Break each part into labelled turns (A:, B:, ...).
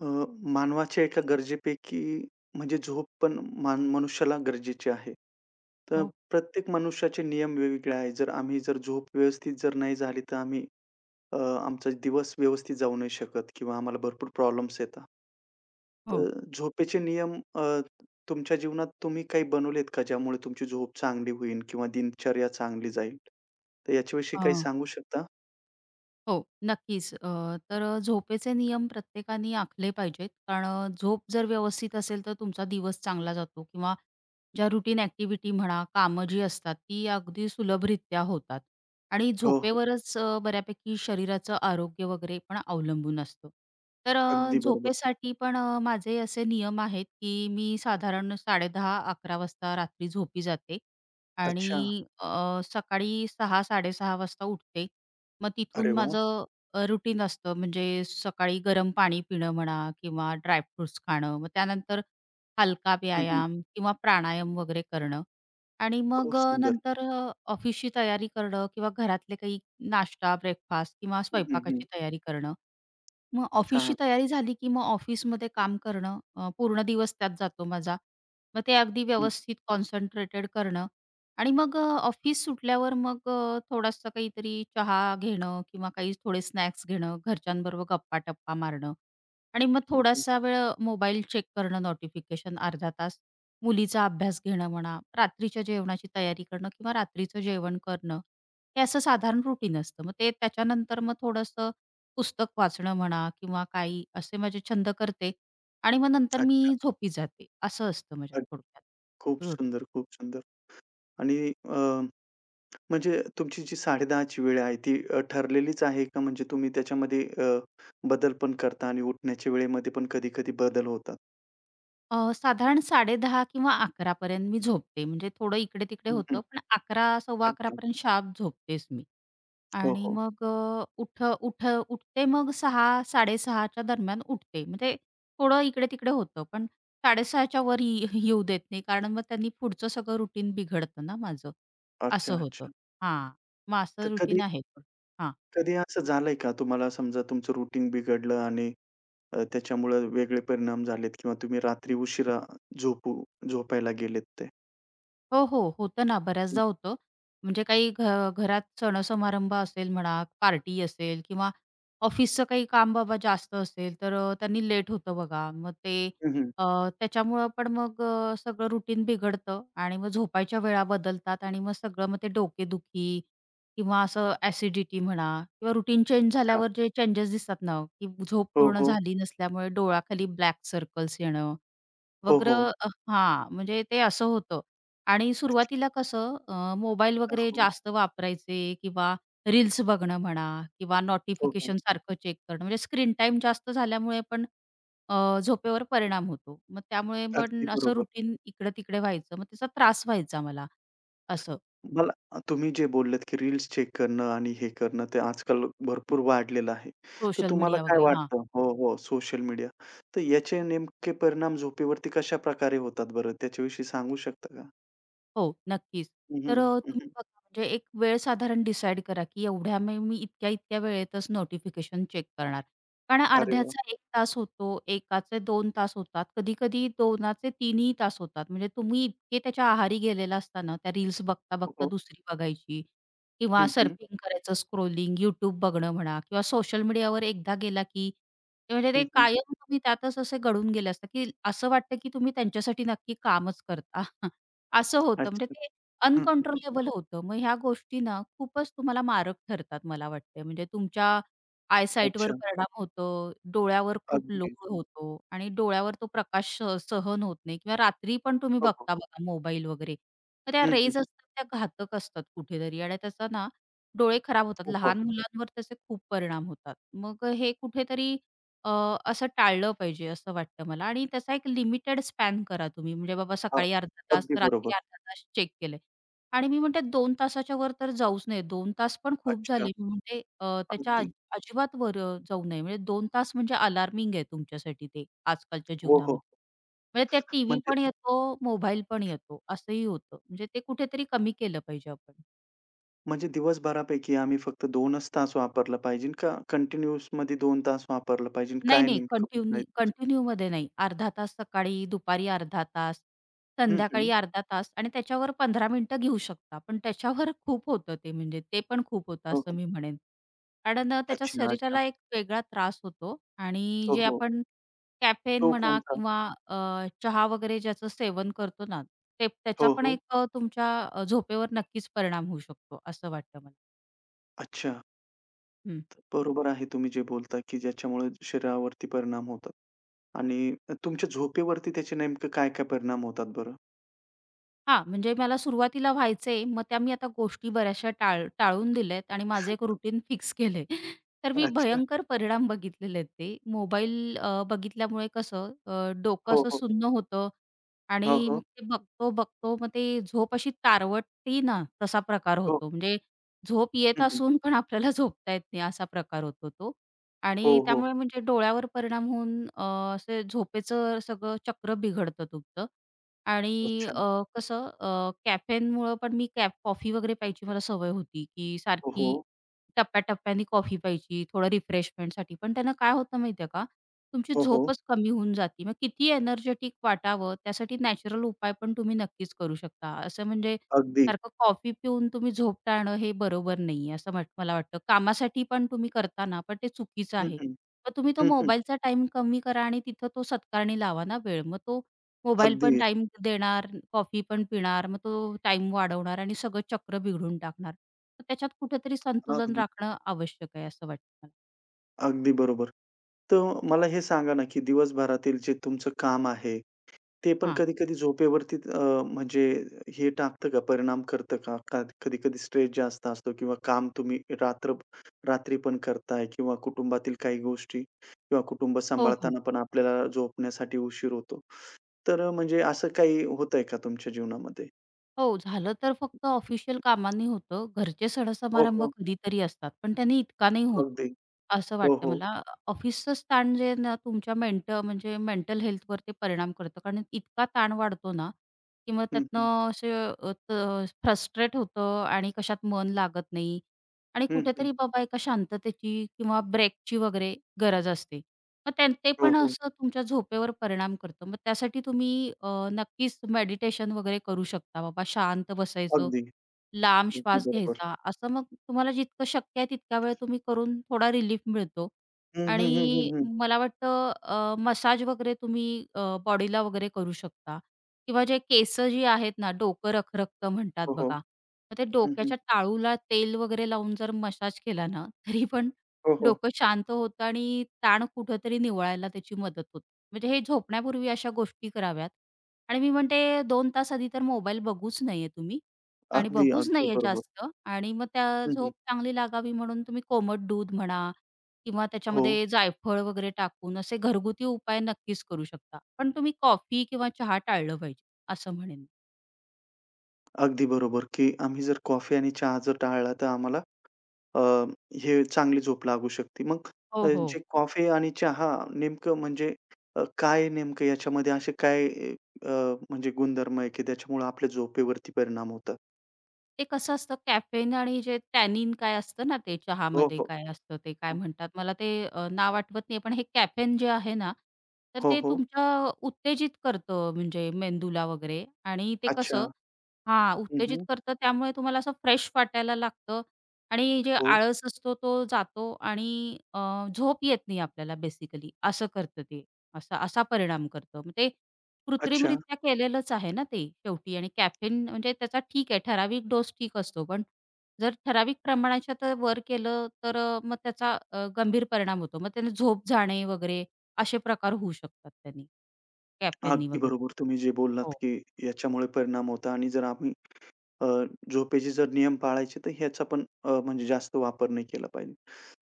A: अ, मानवाच्या एका गरजेपैकी म्हणजे झोप पण मान मनुष्याला गरजेची आहे. तर
B: हो,
A: प्रत्येक मनुष्याचे नियम वेगवेगळे आहेत. जर आम्ही जर झोप व्यवस्थित जर नाही झाली, तर आम्ही अ, आमचा दिवस व्यवस्थित जाऊ नाही शकत किंवा आम्हाला भरपूर प्रॉब्लेम्स येतात.
B: हो.
A: तर झोपेचे नियम, तुमच्या जीवनात तुम्ही काही बनवलेत का, ज्यामुळे तुमची झोप चांगली होईल किंवा दिनचर्या चांगली जाईल? तर याच्याविषयी
B: अ,
A: काही सांगू शकता?
B: हो, नक्कीच. झोपेचे नियम प्रत्येकाने आखले पाहिजेत. कारण झोप जर व्यवस्थित असेल तर तुमचा दिवस चांगला जातो किंवा ज्या रुटीन ॲक्टिव्हिटी म्हणा, कामं जी असतात ती अगदी सुलभरित्या होतात आणि
A: हो, हो.
B: झोपेवरच बऱ्यापैकी शरीराचं आरोग्य वगैरे पण अवलंबून असतं. तर
A: अगदी बरोबर.
B: झोपेसाठी पण माझे असे नियम आहेत, की मी साधारण 10:30-11:00 वाजता रात्री झोपी जाते आणि
A: अच्छा.
B: सकाळी 6:00-6:30 वाजता उठते. मग
A: अरे
B: तिथून
A: वाह!
B: माझं रुटीन असतं. म्हणजे सकाळी गरम पाणी पिणं म्हणा किंवा ड्रायफ्रुट्स खाणं. मग त्यानंतर हलका
A: हं, हं.
B: व्यायाम किंवा प्राणायाम वगैरे करणं आणि
A: खूप
B: मग अ,
A: सुंदर.
B: नंतर अ, ऑफिसची तयारी करणं किंवा घरातले काही नाश्ता, ब्रेकफास्ट किंवा
A: हं, हं, हं.
B: स्वयंपाकाची तयारी करणं. मग ऑफिसची
A: छान.
B: तयारी झाली, की मग ऑफिसमध्ये काम करणं. पूर्ण दिवस त्यात जातो माझा. मग ते अगदी
A: हं.
B: व्यवस्थित कॉन्सन्ट्रेटेड करणं आणि मग ऑफिस सुटल्यावर मग थोडासा काहीतरी चहा घेणं किंवा काही थोडे स्नॅक्स घेणं, घरच्यांबरोबर गप्पा-टप्पा मारणं आणि मग
A: हं, हं.
B: थोडासा वेळ मोबाईल चेक करणं, नोटिफिकेशन अर्धा तास, मुलीचा अभ्यास घेणं म्हणा, रात्रीच्या जेवणाची तयारी करणं किंवा रात्रीचं जेवण करणं, हे असं साधारण रुटीन असतं. मग ते त्याच्यानंतर मग थोडंसं पुस्तक वाचणं म्हणा किंवा काही असे माझे छंद करते आणि मग नंतर
A: अच्छा.
B: मी झोपी जाते. असं असतं माझ्या
A: अ,
B: थोडक्यात
A: खूप
B: रोटीन.
A: सुंदर, खूप सुंदर. आणि अ, म्हणजे तुमची जी 10:30 ची वेळ आहे ती ठरलेलीच आहे का? म्हणजे तुम्ही त्याच्यामध्ये बदल पण करता आणि उठण्याच्या वेळेमध्ये पण कधी-कधी बदल होतात?
B: साधारण 10:30 किंवा 11 पर्यंत मी झोपते. म्हणजे थोडं इकडे-तिकडे
A: हं, हं.
B: होतं, पण 11, सव्वा 11
A: अच्छा.
B: पर्यंत शार्प झोपतेच मी.
A: हो,
B: आणि
A: हो.
B: मग अ, उठ उठ उठते. मग सहा, 6:30 च्या दरम्यान उठते. म्हणजे थोडं इकडे-तिकडे होतं, पण 6:30 च्या वर येऊ देत नाही. कारण मग त्यांनी पुढचं सगळं रुटीन बिघडतं ना माझं.
A: अच्छा,
B: असं होतं.
A: अच्छा.
B: हां. मग असं
A: तर कधी
B: रुटीन आहे. हां.
A: कधी असं झालंय का तुम्हाला समजा तुमचं रुटीन बिघडलं आणि त्याच्यामुळे वेगळे परिणाम झालेत किंवा तुम्ही रात्री उशिरा झोपू झोपायला गेलेत ते?
B: हो, हो. होतं ना,
A: हं,
B: बऱ्याचदा होतं. म्हणजे काही घरात सण-समारंभ असेल म्हणा, पार्टी असेल किंवा ऑफिसचं काही काम बाबा जास्त असेल, तर त्यांनी लेट होतं बघा. मग ते
A: हं, हं.
B: अ, त्याच्यामुळं पण मग सगळं रुटीन बिघडतं आणि मग झोपायच्या वेळा बदलतात आणि मग सगळं मग ते डोकेदुखी किंवा असं ॲसिडिटी म्हणा किंवा रुटीन चेंज झाल्यावर जे चेंजेस दिसतात ना, की झोप
A: हो,
B: पूर्ण
A: हो.
B: झाली नसल्यामुळे डोळ्याखाली ब्लॅक सर्कल्स येणं
A: हो,
B: वगैरे.
A: हो.
B: हां, म्हणजे ते असं होतं आणि
A: अच्छा.
B: सुरुवातीला कसं मोबाईल वगैरे
A: हो.
B: जास्त वापरायचे किंवा रील्स बघणं म्हणा किंवा
A: हो, हो.
B: नोटिफिकेशन सारखं चेक करणं, म्हणजे स्क्रीन टाईम जास्त झाल्यामुळे पण झोपेवर परिणाम होतो. मग त्यामुळे
A: अगदी
B: पण असं
A: बरोबर.
B: रुटीन इकडं-तिकडे व्हायचं. मग त्याचा त्रास व्हायचा मला, असं
A: मला तुम्ही जे बोललात, की रील्स चेक करणं आणि हे करणं ते आजकाल भरपूर वाढलेलं आहे. तर
B: सोशल
A: तुम्हाला
B: मीडिया
A: काय
B: वगैरे. हां.
A: वाटतं हो, हो, सोशल मीडिया. तर याचे नेमके परिणाम झोपेवरती कशाप्रकारे होतात बरं? त्याच्याविषयी सांगू शकता का?
B: हो, नक्कीच.
A: हं,
B: तर
A: हं, हं,
B: तुम्ही
A: हं.
B: बघा. म्हणजे एक वेळ साधारण डिसाईड करा, की एवढ्या मी मी इतक्या-इतक्या वेळेतच नोटिफिकेशन चेक करणार. कारण
A: अरे वाह!
B: अर्ध्याचा एक तास होतो, एकाचे दोन तास होतात, कधी-कधी 2चे 3ही तास होतात. म्हणजे तुम्ही इतके त्याच्या आहारी गेलेला असता त्या रील्स
A: हो,
B: बघता-बघता
A: हो.
B: दुसरी बघायची किंवा
A: हं, हं.
B: सर्फिंग करायचं, स्क्रोलिंग, YouTube बघणं म्हणा किंवा सोशल मीडियावर एकदा गेला, की ते म्हणजे
A: हं,
B: ते
A: हं.
B: कायम तुम्ही त्यातच असे गढून गेले असता, की असं वाटतं, की तुम्ही त्यांच्यासाठी नक्की कामच करता. असं होतं. म्हणजे
A: अच्छा.
B: ते
A: हं, हं.
B: अनकंट्रोलेबल होतं. मग ह्या गोष्टी ना खूपच तुम्हाला मारक ठरतात मला वाटतंय. म्हणजे तुमच्या आयसाईटवर
A: अच्छा.
B: परिणाम होतो, डोळ्यावर खूप
A: अगदी.
B: लोड होतो आणि डोळ्यावर तो प्रकाश सहन होत नाही किंवा रात्री पण तुम्ही
A: हो, हो.
B: बघता बघा मोबाईल वगैरे. तर त्या
A: हं, हं.
B: रेज असतात त्या घातक असतात कुठेतरी आणि त्याचा ना डोळे खराब होतात.
A: हो, हो.
B: लहान मुलांवर त्याचे खूप परिणाम होतात. मग हे कुठेतरी असं टाळलं पाहिजे असं वाटतं मला आणि त्याचा एक लिमिटेड स्पॅन करा तुम्ही. म्हणजे बाबा
A: हां.
B: सकाळी अर्धा तास,
A: अगदी
B: रात्री
A: बरोबर.
B: अर्धा तास चेक केले आणि मी म्हणते 2 तासाच्या वर तर जाऊच नये. 2 तास पण खूप
A: अच्छा.
B: झाले. मी म्हणते
A: अगदी.
B: अजिबात वर जाऊ नये. म्हणजे 2 तास म्हणजे अलार्मिंग आहे तुमच्यासाठी ते आजकालच्या
A: हो, हो.
B: जीवनामध्ये. म्हणजे त्यात टीव्ही
A: म्हणजे
B: पण येतो, मोबाईल पण येतो असंही होतं. म्हणजे ते कुठेतरी कमी केलं पाहिजे आपण.
A: म्हणजे दिवसभरापैकी आम्ही फक्त 2च तास वापरला पाहिजे का कंटिन्यूअसमध्ये 2 तास वापरला पाहिजे?
B: नाही,
A: काय
B: नाही.
A: नेमकं म्हणणं
B: कंटिन्यू
A: आहे तुमचं?
B: कंटिन्यूमध्ये नाही. अर्धा तास सकाळी, दुपारी अर्धा तास,
A: हं, हं.
B: संध्याकाळी अर्धा तास आणि त्याच्यावर 15 मिनिटं घेऊ शकता. पण त्याच्यावर खूप होतं ते म्हणजे ते पण खूप होतं
A: हो,
B: असं
A: हो.
B: मी म्हणेन. कारण त्याच्या
A: अच्छा, अच्छा.
B: शरीराला एक वेगळा त्रास होतो आणि
A: हो,
B: जे
A: हो.
B: आपण कॅफेन
A: तो
B: म्हणा
A: कोणता?
B: किंवा अ, चहा वगैरे ज्याचं सेवन करतो ना, ते त्याचा
A: हो,
B: पण
A: हो.
B: एक तुमच्या झोपेवर नक्कीच परिणाम होऊ शकतो असं वाटतं मला.
A: अच्छा.
B: हं.
A: तर बरोबर आहे तुम्ही जे बोलता, की ज्याच्यामुळे शरीरावरती परिणाम होतात आणि तुमच्या झोपेवरती त्याचे नेमकं काय-काय परिणाम होतात बरं?
B: हां, म्हणजे मला सुरुवातीला व्हायचे, मग त्या मी आता गोष्टी बऱ्याचशा टाळून दिल्यात आणि माझं एक रुटीन फिक्स केलंय. तर मी
A: अच्छा.
B: भयंकर परिणाम बघितलेले आहेत ते. मोबाईल बघितल्यामुळे कसं डोकं
A: हो,
B: असं
A: हो.
B: सुन्न होतं
A: हो,
B: आणि
A: हो.
B: मग ते बघतो, बघतो मग ते झोप अशी तारवटती ना, तसा प्रकार
A: हो.
B: होतो. म्हणजे झोप येत
A: हं, हं.
B: असून पण आपल्याला झोपता येत नाही असा प्रकार होतो तो.
A: हो,
B: आणि
A: हो.
B: त्यामुळे म्हणजे डोळ्यावर परिणाम होऊन असं झोपेचं सगळं चक्र बिघडतं तुमचं. आणि
A: अच्छा.
B: अ, कसं कॅफेनमुळं पण मी कॉफी वगैरे प्यायची मला सवय होती, की
A: हो, हो.
B: सारखी टप्प्या-टप्प्याने कॉफी प्यायची, थोडं रिफ्रेशमेंटसाठी. पण त्यानं काय होतं माहिती आहे का, तुमची
A: हो, हो.
B: झोपच कमी होऊन जाते. मग किती एनर्जेटिक वाटावं, त्यासाठी नॅचरल उपाय पण तुम्ही नक्कीच करू शकता. असं म्हणजे
A: अगदी.
B: सारखं कॉफी पिऊन तुम्ही झोप टाळणं हे बरोबर नाही असं म्हट मला वाटतं. कामासाठी पण तुम्ही करता पण ते चुकीचं
A: हं,
B: आहे.
A: हं.
B: मग तुम्ही तो
A: हं, हं.
B: मोबाईलचा टाईम कमी करा आणि तिथं तो सत्कारणी लावा ना वेळ. मग तो मोबाईल पण
A: अगदी.
B: टाइम देणार, कॉफी पण पिणार, मग तो टाइम वाढवणार आणि सगळं चक्र बिघडून टाकणार. तर त्याच्यात कुठेतरी संतुलन
A: अगदी.
B: राखणं आवश्यक आहे असं वाटतं मला.
A: अगदी बरोबर. तर मला हे सांगा ना, की दिवसभरातील जे तुमचं काम आहे, ते पण
B: हां.
A: कधी-कधी झोपेवरती, म्हणजे हे टाकतं का, परिणाम करतं का? का कधी-कधी स्ट्रेस जास्त असतो किंवा काम तुम्ही रात्री पण करताय किंवा कुटुंबातील काही गोष्टी किंवा कुटुंब
B: हो, हो.
A: सांभाळताना पण आपल्याला झोपण्यासाठी उशीर होतो. तर म्हणजे असं काही होतंय का तुमच्या जीवनामध्ये?
B: हो, झालं तर फक्त ऑफिशियल कामांनी होतं. घरचे
A: हो,
B: सण-समारंभ
A: हो.
B: कधीतरी असतात, पण त्यांनी इतका नाही होत,
A: अगदी.
B: असं
A: हो,
B: वाटतं
A: हो.
B: मला. ऑफिसचं ताण जे आहे ना, तुमच्या मेंटल हेल्थवर ते परिणाम करतं. कारण इतका ताण वाढतो ना, की मग
A: हं, हं.
B: त्यातनं असे फ्रस्ट्रेट होतं आणि कशात मन लागत नाही आणि
A: हं, हं.
B: कुठेतरी बाबा एका शांततेची किंवा ब्रेकची वगैरे गरज असते. मग ते
A: हो,
B: पण
A: हो.
B: असं तुमच्या झोपेवर परिणाम करतं. मग त्यासाठी तुम्ही नक्कीच मेडिटेशन वगैरे करू शकता. बाबा शांत बसायचं,
A: अगदी.
B: लांब
A: अगदी
B: श्वास
A: बरोबर.
B: घ्यायचा. असं मग तुम्हाला जितकं शक्य आहे तितका वेळ तुम्ही करून थोडा रिलीफ मिळतो.
A: हं, हं, हं,
B: आणि
A: हं, हं.
B: मला वाटतं मसाज वगैरे तुम्ही बॉडीला वगैरे करू शकता. किंवा जे केसं जी आहेत ना, डोकं रखरखतं म्हणतात
A: हो, हो.
B: बघा. मग ते
A: हं, हं.
B: डोक्याच्या टाळूला तेल वगैरे लावून जर मसाज केला ना, तरी पण
A: हो, हो.
B: डोकं शांत होतं आणि ताण कुठेतरी निवळायला त्याची मदत होते. म्हणजे हे झोपण्यापूर्वी अशा गोष्टी कराव्यात आणि मी म्हणते 2 तास आधी तर मोबाईल बघूच नाहीये तुम्ही आणि
A: अगदी,
B: बघूच
A: अगदी
B: नाहीये
A: बरोबर.
B: जास्त आणि मग त्या
A: हं, हं.
B: झोप चांगली लागावी म्हणून तुम्ही कोमट दूध म्हणा किंवा
A: हो,
B: त्याच्यामध्ये जायफळ वगैरे टाकून असे घरगुती उपाय नक्कीच करू शकता. पण तुम्ही कॉफी किंवा चहा टाळलं पाहिजे, असं म्हणेन.
A: अगदी बरोबर, की आम्ही जर कॉफी आणि चहा जर टाळला तर आम्हाला अ, हे चांगली झोप लागू शकते. मग
B: हो,
A: जे
B: हो.
A: कॉफी आणि चहा नेमकं म्हणजे काय नेमकं याच्यामध्ये असे काय, अ, म्हणजे गुणधर्म आहे, की त्याच्यामुळे आपल्या झोपेवरती परिणाम होतात?
B: ते कसं असतं कॅफेन आणि जे टॅनिन काय असतं ना ते
A: हो,
B: चहामध्ये
A: हो.
B: काय असतं ते काय
A: हो,
B: म्हणतात मला ते नाव आठवत नाही पण हे कॅफेन जे आहे ना तर
A: हो,
B: ते
A: हो.
B: तुमच्या उत्तेजित करतं म्हणजे मेंदूला वगैरे आणि ते कसं
A: अच्छा.
B: हां,
A: हं,
B: उत्तेजित
A: हं.
B: करतं त्यामुळे तुम्हाला असं फ्रेश वाटायला लागतं आणि जे
A: हो.
B: आळस असतो तो जातो आणि झोप येत नाही आपल्याला बेसिकली असं करतं ते. असा असा परिणाम करतं. मग ते
A: अच्छा.
B: कृत्रिमरित्या केलेलंच आहे ना ते शेवटी आणि कॅफेन म्हणजे त्याचा ठीक आहे, ठराविक डोस ठीक असतो. पण जर ठराविक प्रमाणाच्या तर वर केलं तर मग त्याचा गंभीर परिणाम होतो. मग त्याने झोप जाणे वगैरे असे प्रकार होऊ शकतात त्यांनी, कॅफेननी
A: अगदी
B: वगैरे.
A: बरोबर. तुम्ही जे बोललात,
B: हो,
A: की याच्यामुळे परिणाम होता आणि जर आम्ही अ, झोपेचे जर नियम पाळायचे तर ह्याचा पण, म्हणजे जास्त वापर नाही केला पाहिजे.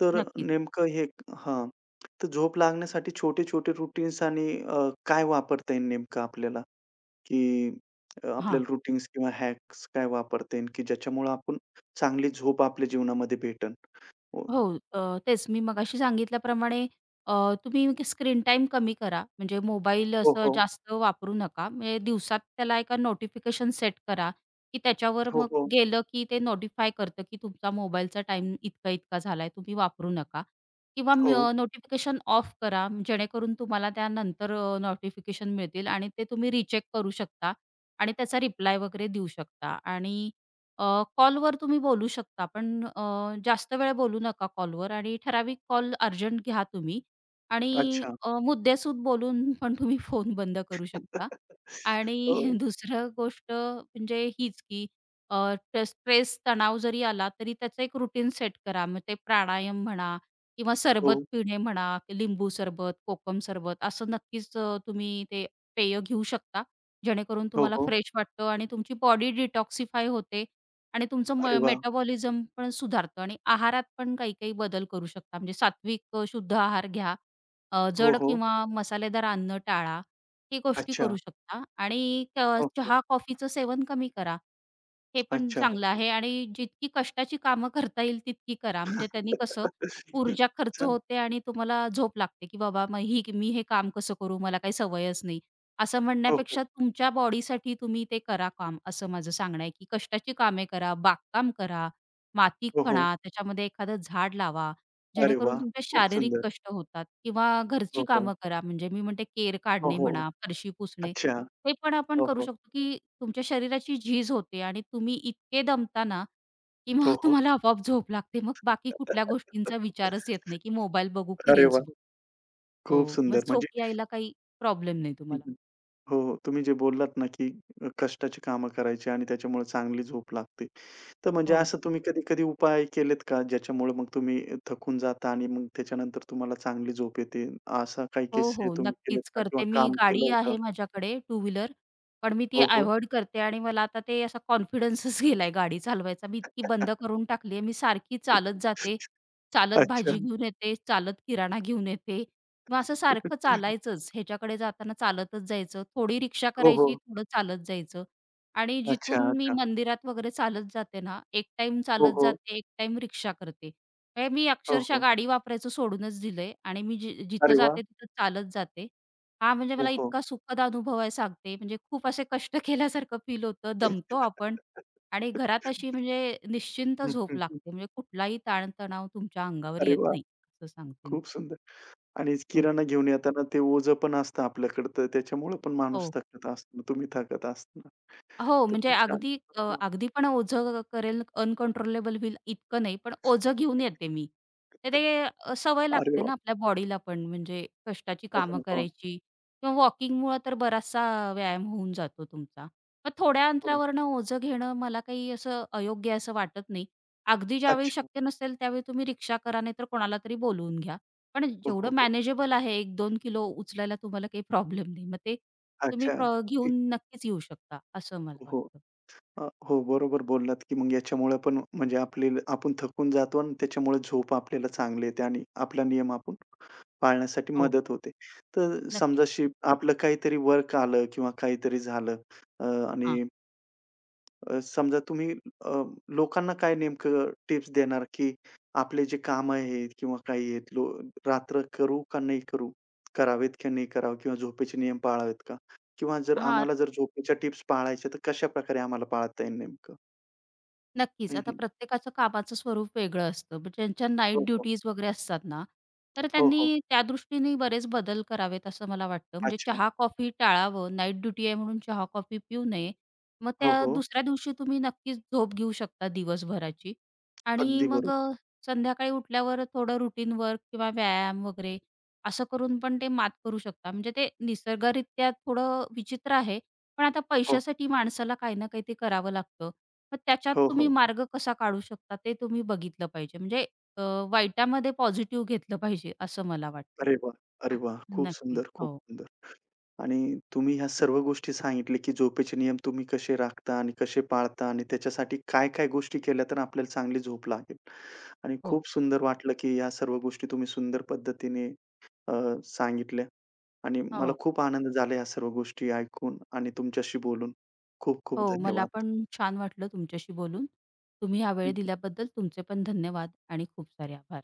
A: तर
B: नक्कीच.
A: नेमकं हे हां. तर झोप लागण्यासाठी छोटे-छोटे रूटीन्स आणि काय वापरता येईल नेमकं आपल्याला, की
B: हां.
A: आपल्याला रूटीन्स किंवा हॅक्स काय वापरता येईल, की ज्याच्यामुळं आपण चांगली झोप आपल्या जीवनामध्ये भेटेल? हो,
B: हो, अ, तेच मी मगाशी सांगितल्याप्रमाणे अ, तुम्ही म्हणजे स्क्रीन टाईम कमी करा. म्हणजे मोबाईल
A: हो,
B: असं
A: हो.
B: जास्त वापरू नका. म्हणजे दिवसात त्याला एका नोटिफिकेशन सेट करा, की त्याच्यावर
A: हो,
B: मग
A: हो.
B: गेलं की ते नोटिफाय करतं, की तुमचा मोबाईलचा टाईम इतका-इतका झालाय, तुम्ही वापरू नका. किंवा
A: हो.
B: नोटिफिकेशन ऑफ करा, जेणेकरून तुम्हाला त्यानंतर नोटिफिकेशन मिळतील आणि ते तुम्ही रिचेक करू शकता आणि त्याचा रिप्लाय वगैरे देऊ शकता आणि अ, कॉलवर तुम्ही बोलू शकता, पण अ, जास्त वेळ बोलू नका कॉलवर आणि ठराविक कॉल अर्जंट घ्या तुम्ही आणि
A: अच्छा.
B: अ, मुद्देसूद बोलून पण तुम्ही फोन बंद करू शकता. आणि
A: हो,
B: दुसरं गोष्ट म्हणजे हीच की अ, ट स्ट्रेस, तणाव जरी आला तरी त्याचं एक रुटीन सेट करा. मग ते प्राणायाम म्हणा किंवा सरबत
A: हो.
B: पिणे म्हणा, लिंबू सरबत, कोकम सरबत असं नक्कीच अ, तुम्ही ते पेय घेऊ शकता. जेणेकरून
A: हो,
B: तुम्हाला
A: हो.
B: फ्रेश वाटतं आणि तुमची बॉडी डिटॉक्सिफाय होते आणि
A: अरे
B: तुमचं
A: वाह!
B: मेटाबॉलिझम पण सुधारतं आणि आहारात पण काही-काही बदल करू शकता. म्हणजे सात्विक अ, शुद्ध आहार घ्या. अ,
A: हो,
B: जड
A: हो.
B: किंवा मसालेदार अन्न टाळा. हे गोष्टी
A: अच्छा.
B: करू शकता आणि क
A: हो, हो.
B: चहा, कॉफीचं सेवन कमी करा. हे पण
A: अच्छा.
B: चांगलं आहे आणि जितकी कष्टाची कामं करता येईल तितकी करा. म्हणजे त्यांनी कसं ऊर्जा खर्च
A: अच्छा.
B: होते आणि तुम्हाला झोप लागते, की बाबा मग ही मी हे काम कसं करू? मला काही सवयच नाही. असं
A: हो, हो.
B: म्हणण्यापेक्षा तुमच्या बॉडीसाठी तुम्ही ते करा काम, असं माझं सांगणं आहे, की कष्टाची कामे करा, बागकाम करा, माती
A: हो, हो.
B: खणा, त्याच्यामध्ये एखादं झाड लावा,
A: अरे
B: जेणेकरून
A: वाह!
B: तुमचे
A: खूप
B: शारीरिक
A: सुंदर.
B: कष्ट होतात किंवा घरची
A: हो, हो.
B: कामं करा. म्हणजे मी म्हणते केर
A: हो,
B: काढणे
A: हो.
B: म्हणा, फरशी पुसणे,
A: अच्छा.
B: हे पण आपण
A: हो,
B: करू
A: हो.
B: शकतो, की तुमच्या शरीराची झीज होते आणि तुम्ही इतके दमता ना, की
A: हो,
B: मग
A: हो.
B: तुम्हाला आपोआप झोप लागते. मग बाकी कुठल्या गोष्टींचा विचारच येत नाही, की मोबाईल बघू की
A: अरे
B: रील्स
A: वाह!
B: बघू.
A: खूप
B: हो, मग
A: सुंदर. म्हणजे
B: झोप यायला काही प्रॉब्लेम
A: हं,
B: नाही तुम्हाला.
A: हं. हो, हो. तुम्ही जे बोललात ना, की कष्टाची कामं करायची आणि त्याच्यामुळे चांगली झोप लागते. तर म्हणजे
B: हो.
A: असं तुम्ही कधी-कधी उपाय केलेत का, ज्याच्यामुळे मग तुम्ही थकून जाता आणि मग त्याच्यानंतर तुम्हाला चांगली झोप येते? असा काही
B: हो,
A: किस्से
B: हो.
A: तुम्ही केलेत
B: नक्कीच
A: का किंवा
B: करते. मी
A: काम केलं
B: गाडी
A: होतं?
B: आहे माझ्याकडे टू व्हीलर, पण मी ती
A: हो, हो.
B: अव्हॉइड करते आणि मला आता ते असा कॉन्फिडन्सच गेलाय गाडी चालवायचा. मी इतकी बंद करून टाकली आहे. मी सारखी चालत जाते, चालत
A: अच्छा.
B: भाजी घेऊन येते, चालत किराणा घेऊन येते. मग असं सारखं चालायचंच. ह्याच्याकडे जाताना चालतच जायचं. थोडी रिक्षा
A: हो,
B: करायची,
A: हो.
B: थोडं चालत जायचं. आणि
A: अच्छा,
B: जिथून मी
A: अच्छा.
B: मंदिरात वगैरे चालत जाते ना, एक टाईम
A: हो,
B: चालत
A: हो.
B: जाते, एक टाईम रिक्षा करते. हे मी
A: हो,
B: अक्षरशः
A: हो.
B: गाडी वापरायचं सोडूनच दिलंय आणि मी जि जिथं
A: अरे वाह!
B: जाते तिथं चालत जाते. हा म्हणजे
A: हो,
B: मला
A: हो.
B: इतका सुखद अनुभव आहे सांगते. म्हणजे खूप असे कष्ट केल्यासारखं फील होतं, दमतो आपण आणि घरात अशी म्हणजे निश्चिंत
A: हं,
B: झोप
A: हं, हं.
B: लागते. म्हणजे कुठलाही ताणतणाव तुमच्या अंगावर
A: अरे
B: येत
A: वाह!
B: नाही, असं सांगते मी.
A: खूप सुंदर आणि
B: हो.
A: किराणा घेऊन येताना ते ओझं पण असतं आपल्याकडं, तर त्याच्यामुळं पण माणूस
B: हो.
A: थकत असतो. तुम्ही थकत असताना.
B: हो,
A: तर
B: म्हणजे
A: खूप छान.
B: अगदी अ,
A: हं, हं.
B: अगदी पण ओझं करेल, अनकंट्रोलेबल होईल इतकं नाही, पण ओझं घेऊन येते मी. तर ते अ, सवय
A: अरे
B: लागते
A: वाह!
B: ना आपल्या बॉडीला पण म्हणजे कष्टाची
A: हो,
B: कामं
A: हो, हो.
B: करायची किंवा वॉकिंगमुळं तर बराचसा व्यायाम होऊन जातो तुमचा. मग थोड्या
A: हो.
B: अंतरावरनं ओझं घेणं मला काही असं अयोग्य असं वाटत नाही. अगदी ज्यावेळी
A: अच्छा.
B: शक्य नसेल त्यावेळी तुम्ही रिक्षा करा नाहीतर कोणाला तरी बोलवून घ्या. पण
A: हो,
B: जेवढं
A: हो, हो.
B: मॅनेजेबल आहे एक दोन किलो उचलायला तुम्हाला काही प्रॉब्लेम नाही. मग ते तुम्ही
A: अच्छा.
B: प्र
A: एक
B: घेऊन नक्कीच येऊ शकता, असं मला
A: हो, हो.
B: वाटतं.
A: हो, बरोबर बोललात, की मग याच्यामुळे पण म्हणजे आपले आपण थकून जातो आणि त्याच्यामुळे झोप आपल्याला चांगली येते आणि आपला नियम आपण पाळण्यासाठी
B: हो.
A: मदत होते. तर समजा
B: नक्कीच.
A: शिप आपलं काहीतरी वर्क आलं किंवा काहीतरी झालं, अ,
B: हां.
A: आणि समजा तुम्ही अ, लोकांना काय नेमकं टिप्स देणार, की आपले जे कामं आहेत किंवा काही आहेत लो रात्र करू का नाही करू? करावेत की नाही करावे किंवा झोपेचे नियम पाळावेत का? किंवा जर
B: हां.
A: आम्हाला जर झोपेच्या टिप्स पाळायच्या तर कशाप्रकारे आम्हाला पाळता येईल नेमकं?
B: नक्कीच.
A: हं,
B: आता
A: हं.
B: प्रत्येकाचं कामाचं स्वरूप वेगळं असतं. म्हणजे ज्यांच्या
A: हो,
B: नाईट
A: हो.
B: ड्युटीज वगैरे असतात ना, तर
A: हो,
B: त्यांनी
A: हो.
B: त्या दृष्टीने बरेच बदल करावेत असं मला वाटतं. म्हणजे
A: अच्छा.
B: चहा-कॉफी टाळावं. नाईट ड्युटी आहे म्हणून चहा-कॉफी पिऊ नये. मग
A: हो,
B: त्या
A: हो.
B: दुसऱ्या दिवशी तुम्ही नक्कीच झोप घेऊ शकता दिवसभराची आणि
A: अगदी
B: मग
A: बरोबर.
B: संध्याकाळी उठल्यावर थोडं रुटीन वर्क किंवा व्यायाम वगैरे असं करून पण ते मात करू शकता. म्हणजे ते निसर्गरित्या थोडं विचित्र आहे. पण आता
A: हो,
B: पैशासाठी माणसाला काही ना काही ते करावं लागतं. मग त्याच्यात
A: हो, हो.
B: तुम्ही
A: हो.
B: मार्ग कसा काढू शकता ते तुम्ही बघितलं पाहिजे. म्हणजे अ, वाईटामध्ये पॉझिटिव्ह घेतलं पाहिजे असं मला वाटतं.
A: अरे वाह! अरे
B: आ,
A: वाह! खूप
B: नक्कीच.
A: सुंदर, खूप
B: हो,
A: सुंदर. आणि तुम्ही ह्या सर्व गोष्टी सांगितल्या, की झोपेचे नियम तुम्ही कसे राखता आणि कसे पाळता आणि त्याच्यासाठी काय-काय गोष्टी केल्या तर आपल्याला चांगली झोप लागेल. आणि
B: हो,
A: खूप सुंदर वाटलं, की या सर्व गोष्टी तुम्ही सुंदर पद्धतीने अ, सांगितल्या आणि मला
B: हो,
A: खूप आनंद झाला या सर्व गोष्टी ऐकून आणि तुमच्याशी बोलून. खूप-खूप
B: हो. मला
A: धन्यवाद.
B: पण छान वाटलं तुमच्याशी बोलून. तुम्ही हा वेळ
A: हं.
B: दिल्याबद्दल तुमचे पण धन्यवाद आणि खूप सारे आभार.